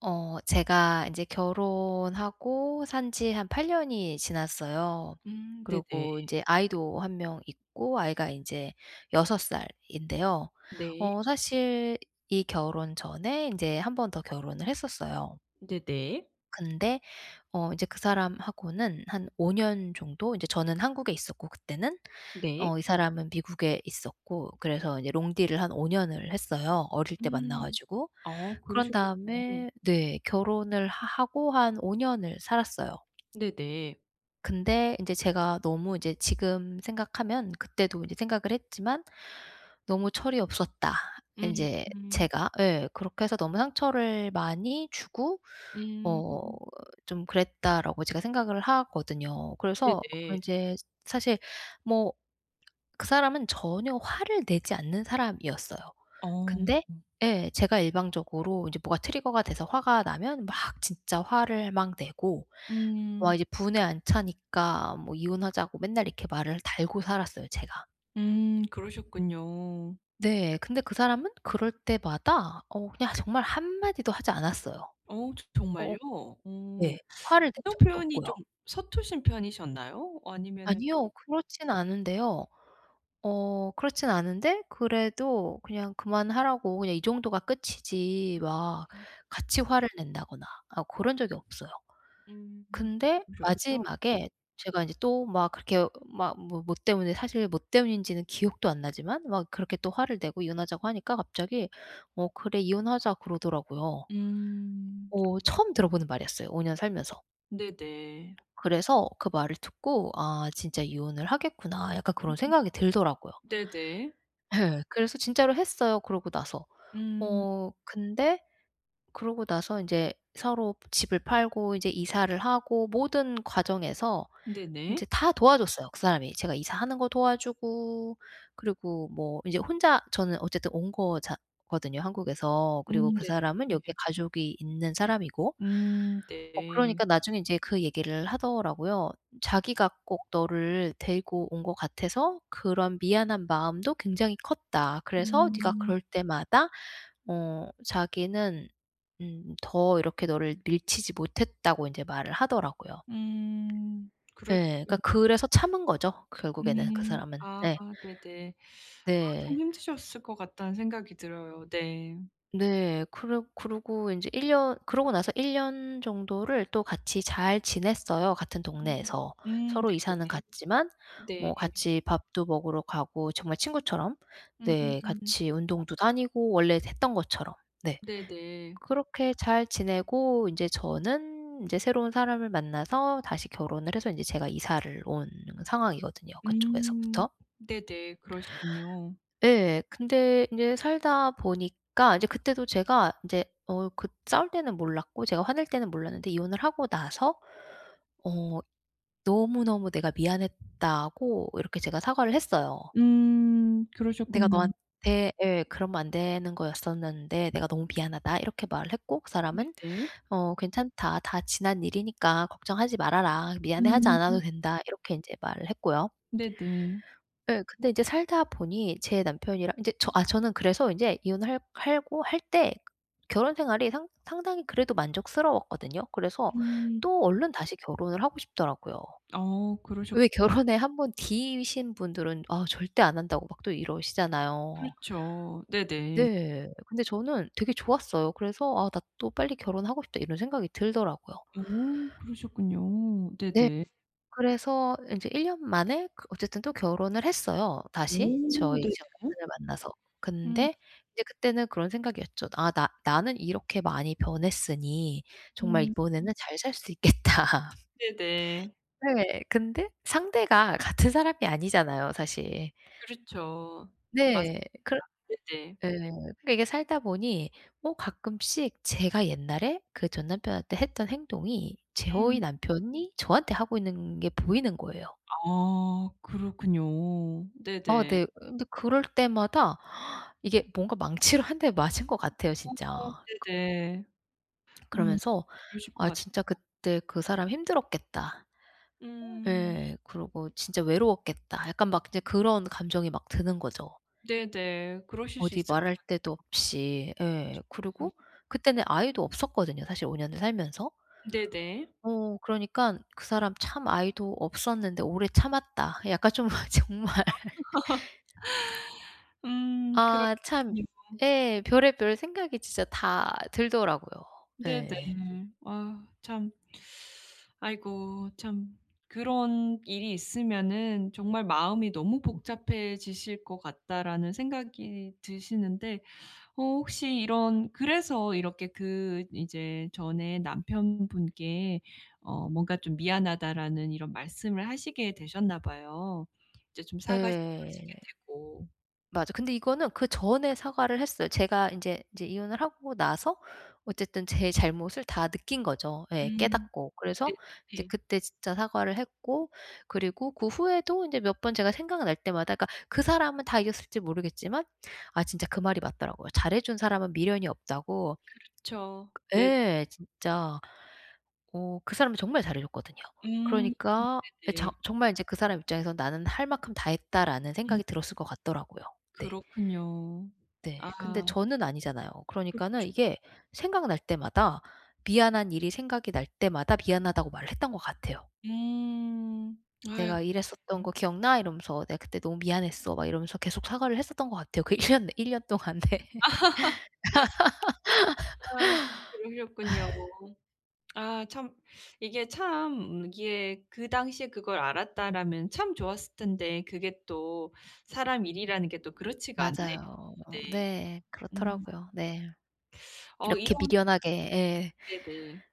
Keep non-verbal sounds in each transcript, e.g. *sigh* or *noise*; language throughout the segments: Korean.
제가 이제 결혼하고 산지 한 8 년이 지났어요. 네네. 그리고 이제 아이도 한 명 있고 아이가 이제6 살인데요. 네. 사실 이 결혼 전에 이제 한 번 더 결혼을 했었어요. 네네. 근데 어제그 사람하고는 한 5년 정도 이제 저는 한국에 있었고 그때는 네. 이 사람은 미국에 있었고, 그래서 이제 롱디를 한 5 년을 했어요, 어릴 때 만나 음. 가지고. 아 그런 그러셨군요. 다음에 네, 결혼을 하 하고 한 5 년을 살았어요. 네네. 근데 이제 제가 너무 이제 지금 생각하면 그때도 이제 생각을 했지만 '너무 철이 없었다.' 이 음. 제 제가 예. '그렇게 해서 너무 상처를 많이 주고 어 음. 좀 그랬다.'라고 제가 생각을 하거든요. 그래서 네네. 이제 사실, 뭐, 그 사람은 전혀 화를 내지 않는 사람이었어요. 어. 근데 예, 제가 일방적으로 이제 뭐가 트리거가 돼서 화가 나면 막 진짜 화를 막 내고, 음. 와, 이제 분에 안 차니까 뭐 "이혼하자."고 맨날 이렇게 말을 달고 살았어요, 제가. 그러셨군요. 네. 근데 그 사람은 그럴 때마다 그냥 정말 한마디도 하지 않았어요. 어 저 어. 정말요? 네. 어. 화를 낸 감정 적도 표현이 좀 없고요. 서투신 편이셨나요? 아니면은 아니요. 그렇진 않은데요. 그렇진 않은데, 그래도 그냥 그만하라고, 그냥 이 정도가 끝이지 막 같이 화를 낸다거나 아런 적이 없어요. 근데 그러셨군요. 마지막에 제가 이제 또 막 그렇게 막 뭐 때문에, 사실 뭐 때문인지는 기억도 안 나지만 막 그렇게 또 화를 내고 이혼하자고 하니까 갑자기 "어 그래 이혼하자." 그러더라고요. 음. 처음 그러셨군요. 들어보는 말이었어요, 5년 살면서. 네네. 그래서 그 말을 듣고 '아, 진짜 이혼을 하겠구나.' 약간 그런 음 생각이 들더라고요. 네네. 예. 그래서 진짜로 했어요, 그러고 나서. 음 근데 그러고 나서 인제 서로 집을 팔고 이제 이사를 하고 모든 과정에서 네네. 인제 다 도와줬어요, 그 사람이. 제가 이사하는 거 도와주고, 그리고 뭐 이제 혼자 저는 어쨌든 온 거자 거든요, 한국에서. 그리고 그 사람은 네네. 여기에 가족이 있는 사람이고, 네. 그러니까 나중에 인제 그 얘기를 하더라고요. 자기가 꼭 너를 데리고 온 것 같아서 그런 미안한 마음도 굉장히 컸다. 그래서 네가 음. 그럴 때마다 자기는 더 이렇게 너를 밀치지 못했다고 인제 말을 하더라고요. 음. 그러셨군요. 예. 그러니까 그래서 참은 거죠, 결국에는 그 음. 사람은. 아 예. 네네. 아 참, 네. 힘드셨을 것 같다는 생각이 들어요. 네. 네. 그러고 인제 일 년 그러고 나서 1년 정도를 또 같이 잘 지냈어요, 같은 음. 동네에서. 서로 이사는 갔지만 네네. 뭐 네. 같이 밥도 먹으러 가고 정말 친구처럼 네, 음. 같이 운동도 다니고 원래 했던 것처럼. 네. 네네. 그렇게 잘 지내고 인제 저는 인제 새로운 사람을 만나서 다시 결혼을 해서 인제 제가 이사를 온 상황이거든요, 음. 그쪽에서부터. 네네. 그러시군요. 예. 근데 인제 살다 보니까 이제 그때도 제가 인제 그 싸울 때는 몰랐고 제가 화낼 때는 몰랐는데, 이혼을 하고 나서 어 너무너무 내가 미안했다고 이렇게 제가 사과를 했어요. 음. "내가 그러셨군요. 너한테," 예, "그러면 안 되는 거였었는데 내가 너무 미안하다." 이렇게 말을 했고, 그 사람은 네네. "어 괜찮다. 다 지난 일이니까 걱정하지 말아라. 미안해하지 음. 않아도 된다." 이렇게 인제 말을 했고요. 네네. 예. 근데 이제 살다 보니 제 남편이랑 인제 저는 그래서 인제 이혼을 할 때 결혼 생활이 상 상당히 그래도 만족스러웠거든요. 그래서 음. 또 얼른 다시 결혼을 하고 싶더라고요. 어 그러셨 왜 결혼에 한 번 D이신 분들은 "아 절대 안 한다."고 막 또 이러시잖아요. 그렇죠. 네네. 네. 근데 저는 되게 좋았어요. 그래서 '아, 나 또 빨리 결혼하고 싶다.' 이런 생각이 들더라고요. 어 그러셨군요. 네. 네네. 그래서 인제 1년 만에 그 어쨌든 또 결혼을 했어요, 다시. 오 저희 네네. 지금 남편을 만나서. 음. 근데 이제 그때는 그런 생각이었죠. '아, 나 나는 이렇게 많이 변했으니 정말 음. 이번에는 잘 살 수 있겠다.' 네네. *laughs* 네. 근데 상대가 같은 사람이 아니잖아요, 사실. 그렇죠. 맞 네. 그러 네네. 예. 그러니까 이게 살다 보니 뭐 가끔씩 제가 옛날에 그 전 남편한테 했던 행동이 저희 음. 남편이 저한테 하고 있는 게 보이는 거예요. 아 그렇군요. 어. 네네. 네. 근데 그럴 때마다 이게 뭔가 망치로 한 대 맞은 것 같아요, 진짜. 어 네네. 음 그러면서 그러실 것 '아, 같 진짜 그때 그 사람 힘들었겠다.' 음 예. 그러고 '진짜 외로웠겠다.' 약간 막 이제 그런 감정이 막 드는 거죠. 네네. 그러실 수 어디 있을 것 말할 데도 없이. 예. 같아요. 그리고 그때는 아이도 없었거든요, 사실 5 년을 살면서. 네네. 그러니깐 '그 사람 참 아이도 없었는데 오래 참았다.' 약간 좀 *laughs* 정말 아 참. 그렇군요. 예, 별의별 생각이 진짜 다 들더라고요. 예. 네네. 아 참. 아이고 참, 그런 일이 있으면은 정말 '마음이 너무 복잡해지실 것 같다.'라는 생각이 드시는데, 혹시 이런 그래서 이렇게 그 이제 전에 남편분께 뭔가 좀 "미안하다."라는 이런 말씀을 하시게 되셨나 봐요. 이제 좀 사과도 하시게 예. 되고. 맞아. 근데 이거는 그전에 사과를 했어요. 제가 인제 이혼을 하고 나서 어쨌든 제 잘못을 다 느낀 거죠. 예, 음 깨닫고. 그래서 인제 네네. 그때 진짜 사과를 했고, 그리고 그 후에도 인제 몇 번 제가 생각날 때마다, 그러니까 그 사람은 다 이겼을지 모르겠지만, 아, 진짜 그 말이 맞더라고요. "잘해 준 사람은 미련이 없다."고. 그쵸. 네. 예, 진짜 그 사람이 정말 잘해 줬거든요. 음 그러니까 예, 자, 네네. 정말 인제 그 사람 입장에선 '나는 할 만큼 다 했다.'라는 음. 생각이 들었을 것 같더라고요. 네. 그렇군요. 네. 근데 아 저는 아니잖아요. 그러니까는 그렇죠. 이게 생각날 때마다, 미안한 일이 생각이 날 때마다 "미안하다."고 말을 했던 것 같아요. 음. 아유, "내가 이랬었던 거 그러셨군요. 기억나?" 이러면서 "내가 그때 너무 미안했어." 막 이러면서 계속 사과를 했었던 것 같아요. 그 *laughs* 1 년내 일 년 동안. 네. 아 그러셨군요. 아 참. 이게 참, 이게 그 당시에 그걸 알았다라면 참 좋았을 텐데, 그게 또 사람 일이라는 게 또 그렇지가 않네요. 맞아요. 네. 네. 음. 그렇더라고요. 네. 어 이렇게 이런 미련하게, 예. 네네.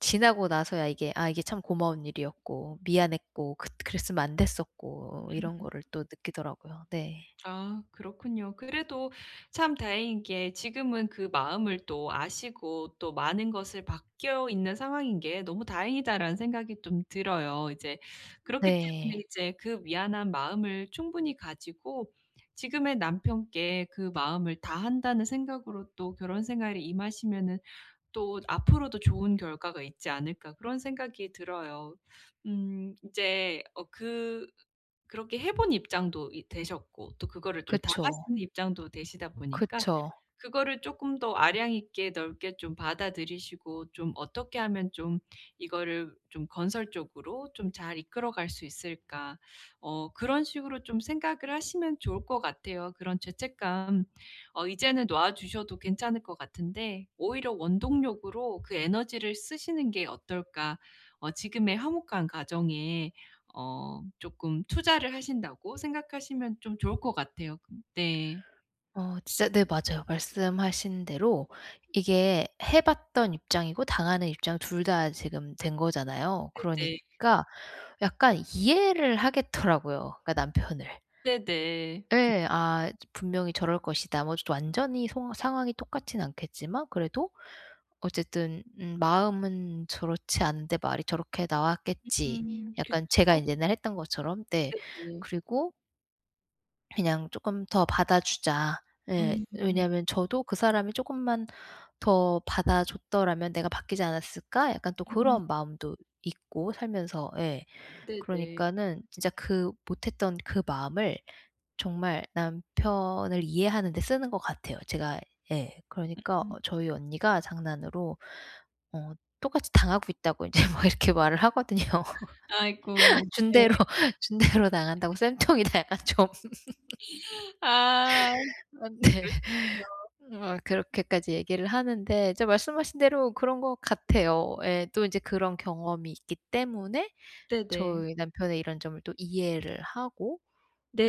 지나고 나서야 이게 '아, 이게 참 고마운 일이었고 미안했고 그 그랬으면 안 됐었고.' 음. 이런 거를 또 느끼더라고요. 네. 아 그렇군요. 그래도 참 다행인 게 지금은 그 마음을 또 아시고 또 많은 것을 바뀌어 있는 상황인 게 너무 다행이다라는 생각이 좀 들어요. 이제 그렇기 때문에 네. 이제 그 미안한 마음을 충분히 가지고 지금의 남편께 그 마음을 다한다는 생각으로 또 결혼 생활에 임하시면은 또 '앞으로도 좋은 결과가 있지 않을까.' 그런 생각이 들어요. 이제 어그 그렇게 해본 입장도 이 되셨고 또 그거를 좀 그쵸. 당하시는 입장도 되시다 보니까 그쵸. 그거를 조금 더 아량 있게 넓게 좀 받아들이시고 좀 어떻게 하면 좀 이거를 좀 건설적으로 좀 잘 이끌어 갈 수 있을까. 그런 식으로 좀 생각을 하시면 좋을 것 같아요. 그런 죄책감, 이제는 놔 주셔도 괜찮을 것 같은데, 오히려 원동력으로 그 에너지를 쓰시는 게 어떨까. 지금의 화목한 가정에 어금 투자를 하신다고 생각하시면 좀 좋을 것 같아요. 네. 어, 진짜 네, 맞아요. 말씀하신 대로 이게 해 봤던 입장이고 당하는 입장 둘 다 지금 된 거잖아요. 네네. 그러니까 약간 이해를 하겠더라고요, 그러니까 남편을. 네네. 예. 아, 분명히 저럴 것이다. 뭐 완전히 송 상황이 똑같진 않겠지만 그래도 어쨌든 '마음은 저렇지 않은데 말이 저렇게 나왔겠지.' 음. 약간 그쵸. 제가 인제 옛날에 했던 것처럼, 네. 네네. 그리고 그냥 쪼끔 더 받아주자. 예. 음. 왜냐하면 저도 '그 사람이 쪼끔만 더 받아줬더라면 내가 바뀌지 않았을까?' 약간 또 음. 그런 마음도 있고, 살면서. 예. 네네. 그러니까는 진짜 그 못했던 그 마음을 정말 남편을 이해하는 데 쓰는 것 같아요, 제가. 예. 그러니까 음. 저희 언니가 장난으로 어 똑같이 당하고 있다고 인제 막 이렇게 *laughs* 말을 하거든요. 아이고. 네. 준대로 *laughs* 준대로 당한다고 "쌤통이다." 약간 좀. 아 *laughs* 아, 네. 그러시군요. 그렇게까지 얘기를 하는데 진짜 말씀하신 대로 그런 것 같아요. 예. 또 인제 그런 경험이 있기 때문에 네네. 저희 남편의 이런 점을 또 이해를 하고,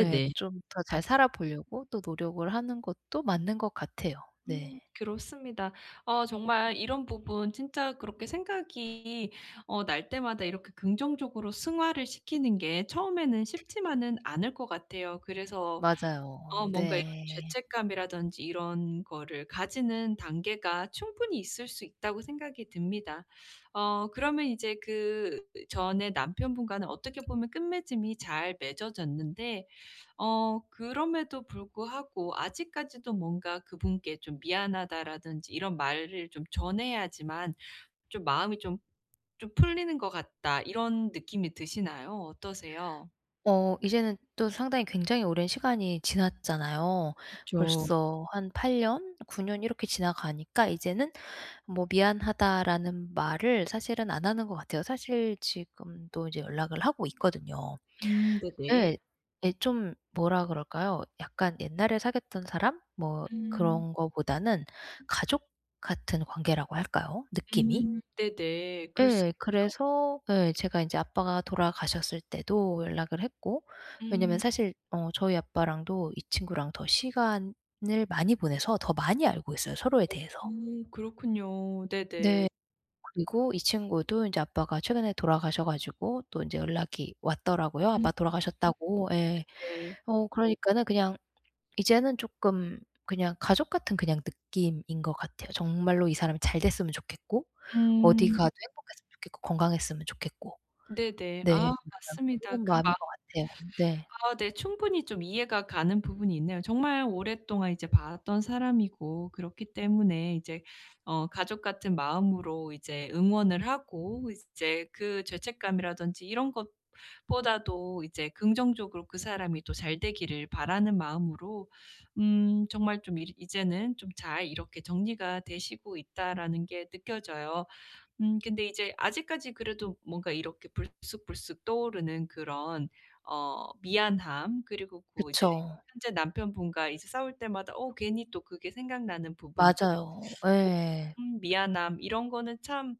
예, 좀 더 잘 맞습 살아 보려고 또 노력을 하는 것도 맞는 것 같아요. 네. 그렇습니다. 정말 이런 부분 진짜 그렇게 생각이 날 때마다 이렇게 긍정적으로 승화를 시키는 게 처음에는 쉽지만은 않을 것 같아요. 그래서 맞아요. 뭔가 이런 네. 죄책감이라든지 이런 거를 가지는 단계가 충분히 있을 수 있다고 생각이 듭니다. 그러면 이제 그 전에 남편분과는 어떻게 보면 끝맺음이 잘 맺어졌는데, 그럼에도 불구하고 아직까지도 뭔가 그분께 좀 "미안하다."라든지 이런 말을 좀 전해야지만 좀 마음이 좀 풀리는 것 같다. 이런 느낌이 드시나요? 어떠세요? 이제는 또 상당히 굉장히 오랜 시간이 지났잖아요. 그쵸. 벌써 한 8 년, 9년 이렇게 지나가니까 이제는 뭐 "미안하다."라는 말을 사실은 안 하는 것 같아요. 사실 지금도 이제 연락을 하고 있거든요. 예. 네네. 예, 좀 뭐라 그럴까요? 약간 옛날에 사귀었던 사람 뭐 음. 그런 거보다는 가족 같은 관계라고 할까요? 느낌이? 네네. 그럴 수가 예. 있죠. 그래서 예, 제가 인제 아빠가 돌아가셨을 때도 연락을 했고, 왜냐면 음. 사실 저희 아빠랑도 이 친구랑 더 시간을 많이 보내서 더 많이 알고 있어요, 서로에 대해서. 그렇군요. 네네. 네. 그리고 이 친구도 인제 아빠가 최근에 돌아가셔 가지고 또 인제 연락이 왔더라고요. 음 "아빠 돌아가셨다고." 예. 네. 그러니까는 그냥 이제는 쪼끔 그냥 가족 같은 그냥 느낌인 것 같아요. 정말로 이 사람이 잘 됐으면 좋겠고, 어디 음 가 도 행복했으면 좋겠고, 건강했으면 좋겠고. 네네. 네. 아 맞아요. 맞습니다. 그런 그 마음인 것 마 같아요. 네. 아 네. 충분히 좀 이해가 가는 부분이 있네요. 정말 오랫동안 이제 봤던 사람이고, 그렇기 때문에 이제 가족 같은 마음으로 이제 응원을 하고, 이제 그 죄책감이라든지 이런 것보다도 이제 긍정적으로 그 사람이 또 잘 되기를 바라는 마음으로 정말 좀 이 이제는 좀 잘 이렇게 정리가 되시고 있다라는 게 느껴져요. 근데 이제 아직까지 그래도 뭔가 이렇게 불쑥불쑥 떠오르는 그런 미안함, 그리고 그 이제 그쵸. 현재 남편분과 이제 싸울 때마다 괜히 또 그게 생각나는 부분들, 맞아요. 예. 미안함 이런 거는 참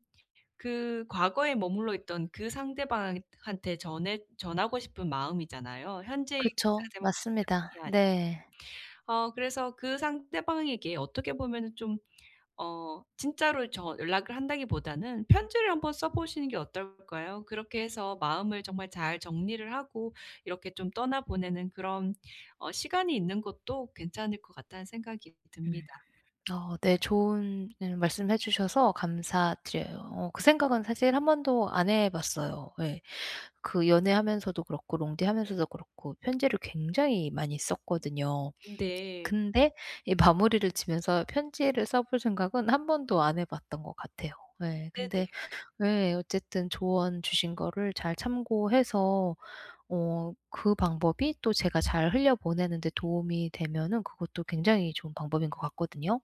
그 과거에 머물러 있던 그 상대방 한테 전해 전하고 싶은 마음이잖아요. 현재의 그 그쵸. 상대방 맞습니다. 상대방이 아니. 네. 그래서 그 상대방에게 어떻게 보면은 좀 진짜로 저 연락을 한다기보다는 편지를 한번 써 보시는 게 어떨까요? 그렇게 해서 마음을 정말 잘 정리를 하고 이렇게 좀 떠나 보내는 그런 시간이 있는 것도 괜찮을 것 같다는 생각이 음. 듭니다. 네, 좋은. 예, 말씀해 주셔서 감사드려요. 그 생각은 사실 한 번도 안 해 봤어요. 예. 그 연애하면서도 그렇고 롱디 하면서도 그렇고 편지를 굉장히 많이 썼거든요. 네. 근데 이 마무리를 지면서 편지를 써볼 생각은 한 번도 안 해 봤던 것 같아요. 예. 네네. 근데 네. 어쨌든 조언 주신 거를 잘 참고해서 그 방법이 또 제가 잘 흘려보내는 데 도움이 되면은 그것도 굉장히 좋은 방법인 것 같거든요.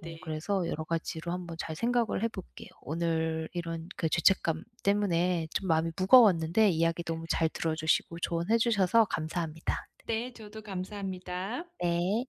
그래서 여러 가지로 한번 잘 생각을 해 볼게요. 오늘 이런 그 죄책감 때문에 좀 마음이 무거웠는데 이야기 너무 네네. 잘 들어 주시고 조언해 주셔서 감사합니다. 네. 저도 감사합니다. 네.